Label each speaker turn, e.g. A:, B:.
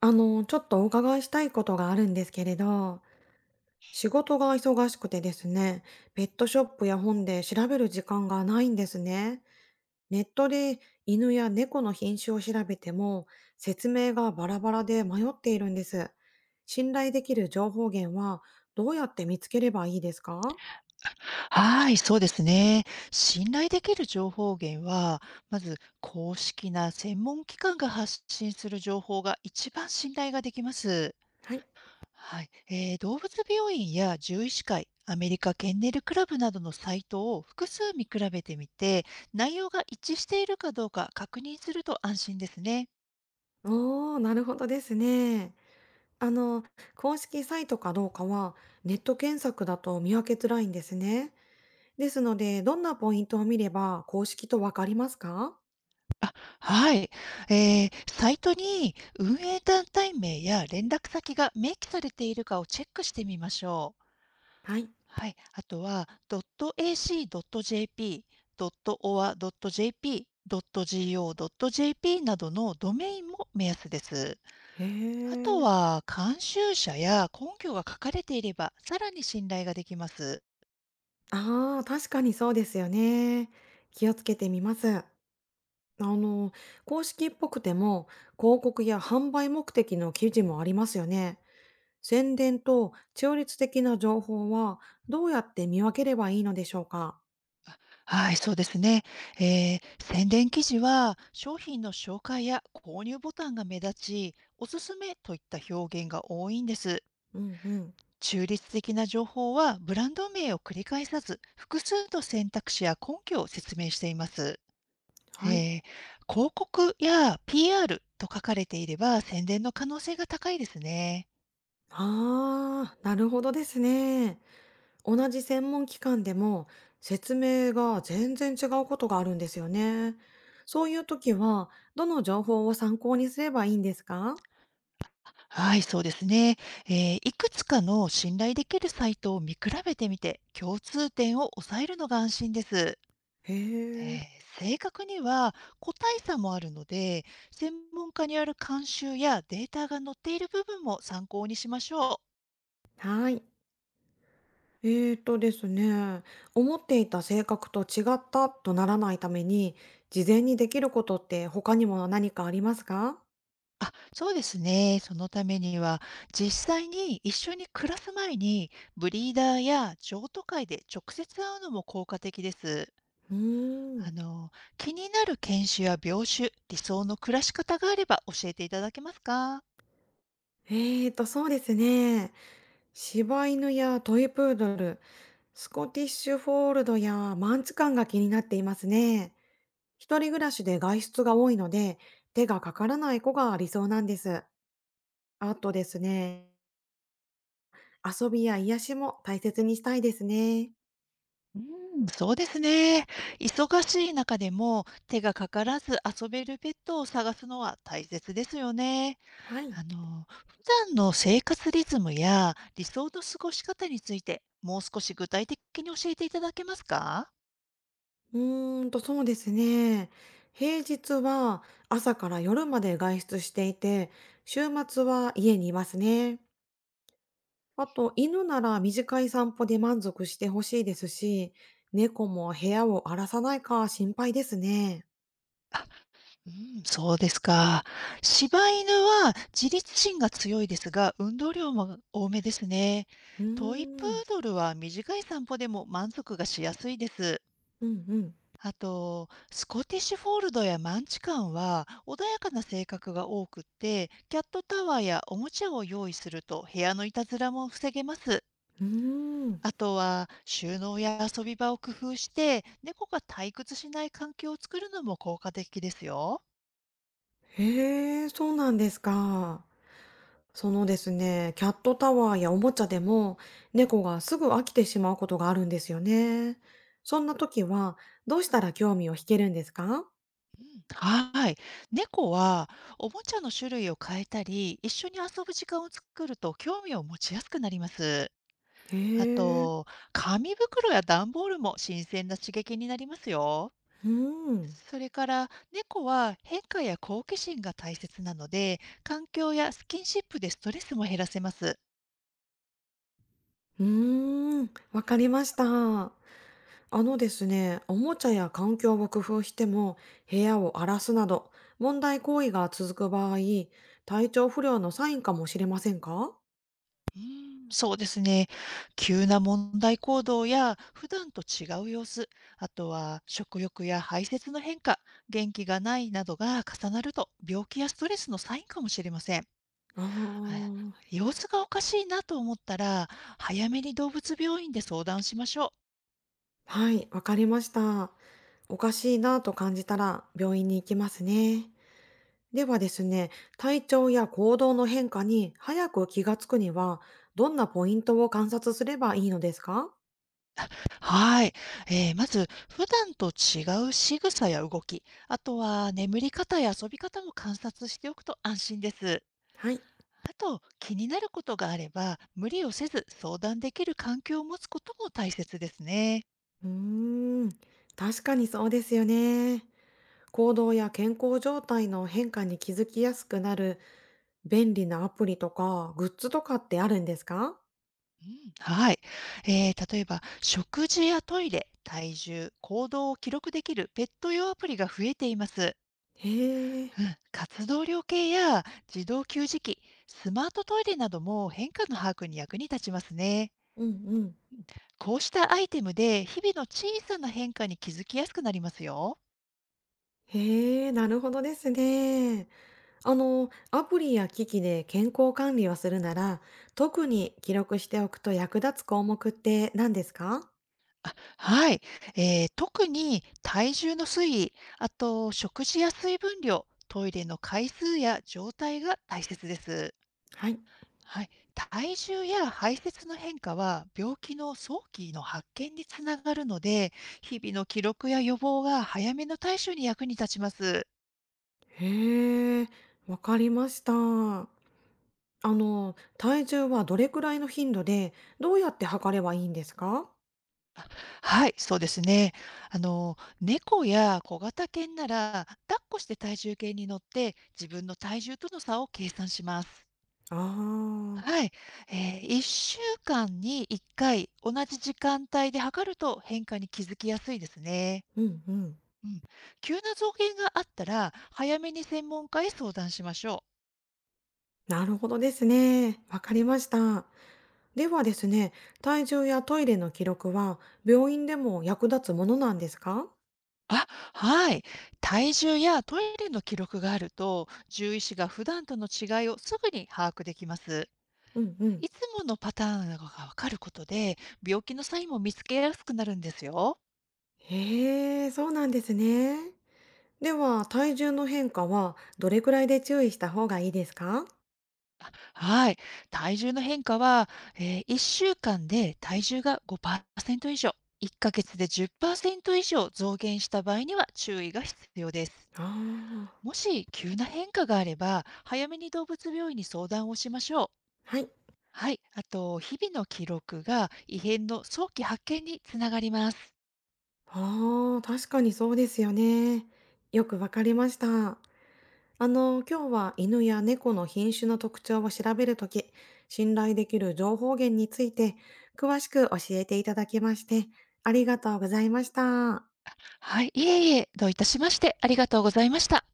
A: ちょっとお伺いしたいことがあるんですけれど、仕事が忙しくてですね、ペットショップや本で調べる時間がないんですね。ネットで犬や猫の品種を調べても、説明がバラバラで迷っているんです。信頼できる情報源はどうやって見つければいいですか？
B: はい、そうですね。信頼できる情報源は、まず公式な専門機関が発信する情報が一番信頼ができます。
A: はい。
B: はい、動物病院や獣医師会、アメリカケンネルクラブなどのサイトを複数見比べてみて、内容が一致しているかどうか確認すると安心ですね。
A: おー、なるほどですね。あの、公式サイトかどうかはネット検索だと見分けづらいんですね。ですので、どんなポイントを見れば公式とわかりますか？
B: あ、はい。サイトに運営団体名や連絡先が明記されているかをチェックしてみましょう。
A: はい。
B: はい、あとは .ac.jp、.oa.jp、.go.jp などのドメインも目安です。
A: へ
B: あと
A: え。
B: は監修者や根拠が書かれていれば、さらに信頼ができます。
A: ああ、確かにそうですよね。気をつけてみます。あの、公式っぽくても、広告や販売目的の記事もありますよね。宣伝と中立的な情報はどうやって見分ければいいのでしょうか？
B: はい、そうですね。宣伝記事は商品の紹介や購入ボタンが目立ち、おすすめといった表現が多いんです。
A: うんうん。
B: 中立的な情報はブランド名を繰り返さず、複数の選択肢や根拠を説明しています。
A: はい。
B: えー広告や PR と書かれていれば宣伝の可能性が高いですね。
A: ああ、なるほどですね。同じ専門機関でも説明が全然違うことがあるんですよね。そういう時は、どの情報を参考にすればいいんですか？
B: はい、そうですね。いくつかの信頼できるサイトを見比べてみて、共通点を抑えるのが安心です。
A: へえ、
B: 正確には個体差もあるので、専門家による監修やデータが載っている部分も参考にしましょう。
A: はい。えですね、思っていた性格と違ったとならないために、事前にできることって他にも何かありますか？
B: あ、そうですね。そのためには、実際に一緒に暮らす前に、ブリーダーや譲渡会で直接会うのも効果的です。
A: うー
B: あ
A: ん、
B: の、気になる犬種や病種、理想の暮らし方があれば教えていただけますか？
A: えーと、そうですね。柴犬やトイプードル、スコティッシュフォールドやマンチカンが気になっていますね。一人暮らしで外出が多いので、手がかからない子が理想なんです。あとですね、遊びや癒しも大切にしたいですね。
B: うん、そうですね。忙しい中でも手がかからず遊べるペットを探すのは大切ですよね。
A: はい。
B: 普段の生活リズムや理想の過ごし方について、もう少し具体的に教えていただけますか？
A: うーんと、そうですね。平日は朝から夜まで外出していて、週末は家にいますね。あと、犬なら短い散歩で満足してほしいですし、猫も部屋を荒らさないか心配ですね。
B: うん、そうですか。柴犬は自立心が強いですが、運動量も多めですね。
A: う
B: トイプー
A: ーん。
B: ドルは短い散歩でも満足がしやすいです。
A: うんうん。
B: あと、スコティッシュフォールドやマンチカンは穏やかな性格が多くって、キャットタワーやおもちゃを用意すると部屋のいたずらも防げます。
A: うーん。
B: あとは収納や遊び場を工夫して、猫が退屈しない環境を作るのも効果的ですよ。
A: へえ、そうなんですか。そのですね、キャットタワーやおもちゃでも猫がすぐ飽きてしまうことがあるんですよね。そんな時はどうしたら興味を引けるんですか？
B: うん、はい。猫はおもちゃの種類を変えたり、一緒に遊ぶ時間を作ると興味を持ちやすくなります。
A: へ
B: あ
A: え、
B: と、紙袋や段ボールも新鮮な刺激になりますよ。
A: うーん。
B: それから猫は変化や好奇心が大切なので、環境やスキンシップでストレスも減らせます。
A: うーん、わかりました。あのですね、おもちゃや環境を工夫しても部屋を荒らすなど問題行為が続く場合、体調不良のサインかもしれませんか？
B: うーん。そうですね。急な問題行動や普段と違う様子、あとは食欲や排泄の変化、元気がないなどが重なると病気やストレスのサインかもしれません。
A: ああ
B: はい。
A: ー。
B: 様子がおかしいなと思ったら、早めに動物病院で相談しましょう。
A: はい、わかりました。おかしいなと感じたら病院に行きますね。ではですね、体調や行動の変化に早く気がつくには、どんなポイントを観察すればいいのですか？
B: はい。まず、普段と違う仕草や動き、あとは眠り方や遊び方も観察しておくと安心です。
A: はい。
B: あと、気になることがあれば、無理をせず相談できる環境を持つことも大切ですね。
A: うーん、確かにそうですよね。行動や健康状態の変化に気づきやすくなる便利なアプリとかグッズとかってあるんですか？
B: うん、はい。例えば、食事やトイレ、体重、行動を記録できるペット用アプリが増えています。
A: へえ、
B: うん、活動量計や自動給餌器、スマートトイレなども変化の把握に役に立ちますね。
A: うんうん。
B: こうしたアイテムで日々の小さな変化に気づきやすくなりますよ。
A: へえ、なるほどですね。アプリや機器で健康管理をするなら、特に記録しておくと役立つ項目って何ですか？
B: はい。特に体重の推移、あと食事や水分量、トイレの回数や状態が大切です。
A: はい。
B: はい。体重や排泄の変化は病気の早期の発見につながるので、日々の記録や予防が早めの対処に役に立ちます。
A: へえ、わかりました。体重はどれくらいの頻度で、どうやって測ればいいんですか？
B: はい、そうですね。猫や小型犬なら、抱っこして体重計に乗って自分の体重との差を計算します。
A: ああー、
B: はい。1週間に1回、同じ時間帯で測ると変化に気づきやすいですね。
A: うんうん。
B: うん。急な増減があったら、早めに専門家へ相談しましょう。
A: なるほどですね。わかりました。ではですね、体重やトイレの記録は、病院でも役立つものなんですか？
B: あ、はい。体重やトイレの記録があると、獣医師が普段との違いをすぐに把握できます。
A: うんうん。
B: いつものパターンがわかることで、病気のサインも見つけやすくなるんですよ。
A: へえ、そうなんですね。では、体重の変化はどれくらいで注意した方がいいですか？
B: はい。体重の変化は、1週間で体重が5%以上、1ヶ月で10%以上増減した場合には注意が必要です。
A: ああ、
B: もし急な変化があれば、早めに動物病院に相談をしましょう。
A: はい。
B: はい。あと、日々の記録が異変の早期発見につながります。
A: ああ、確かにそうですよね。よくわかりました。今日は犬や猫の品種の特徴を調べるとき、信頼できる情報源について詳しく教えていただきまして、ありがとうございました。
B: はい。いえいえ、どういたしまして、ありがとうございました。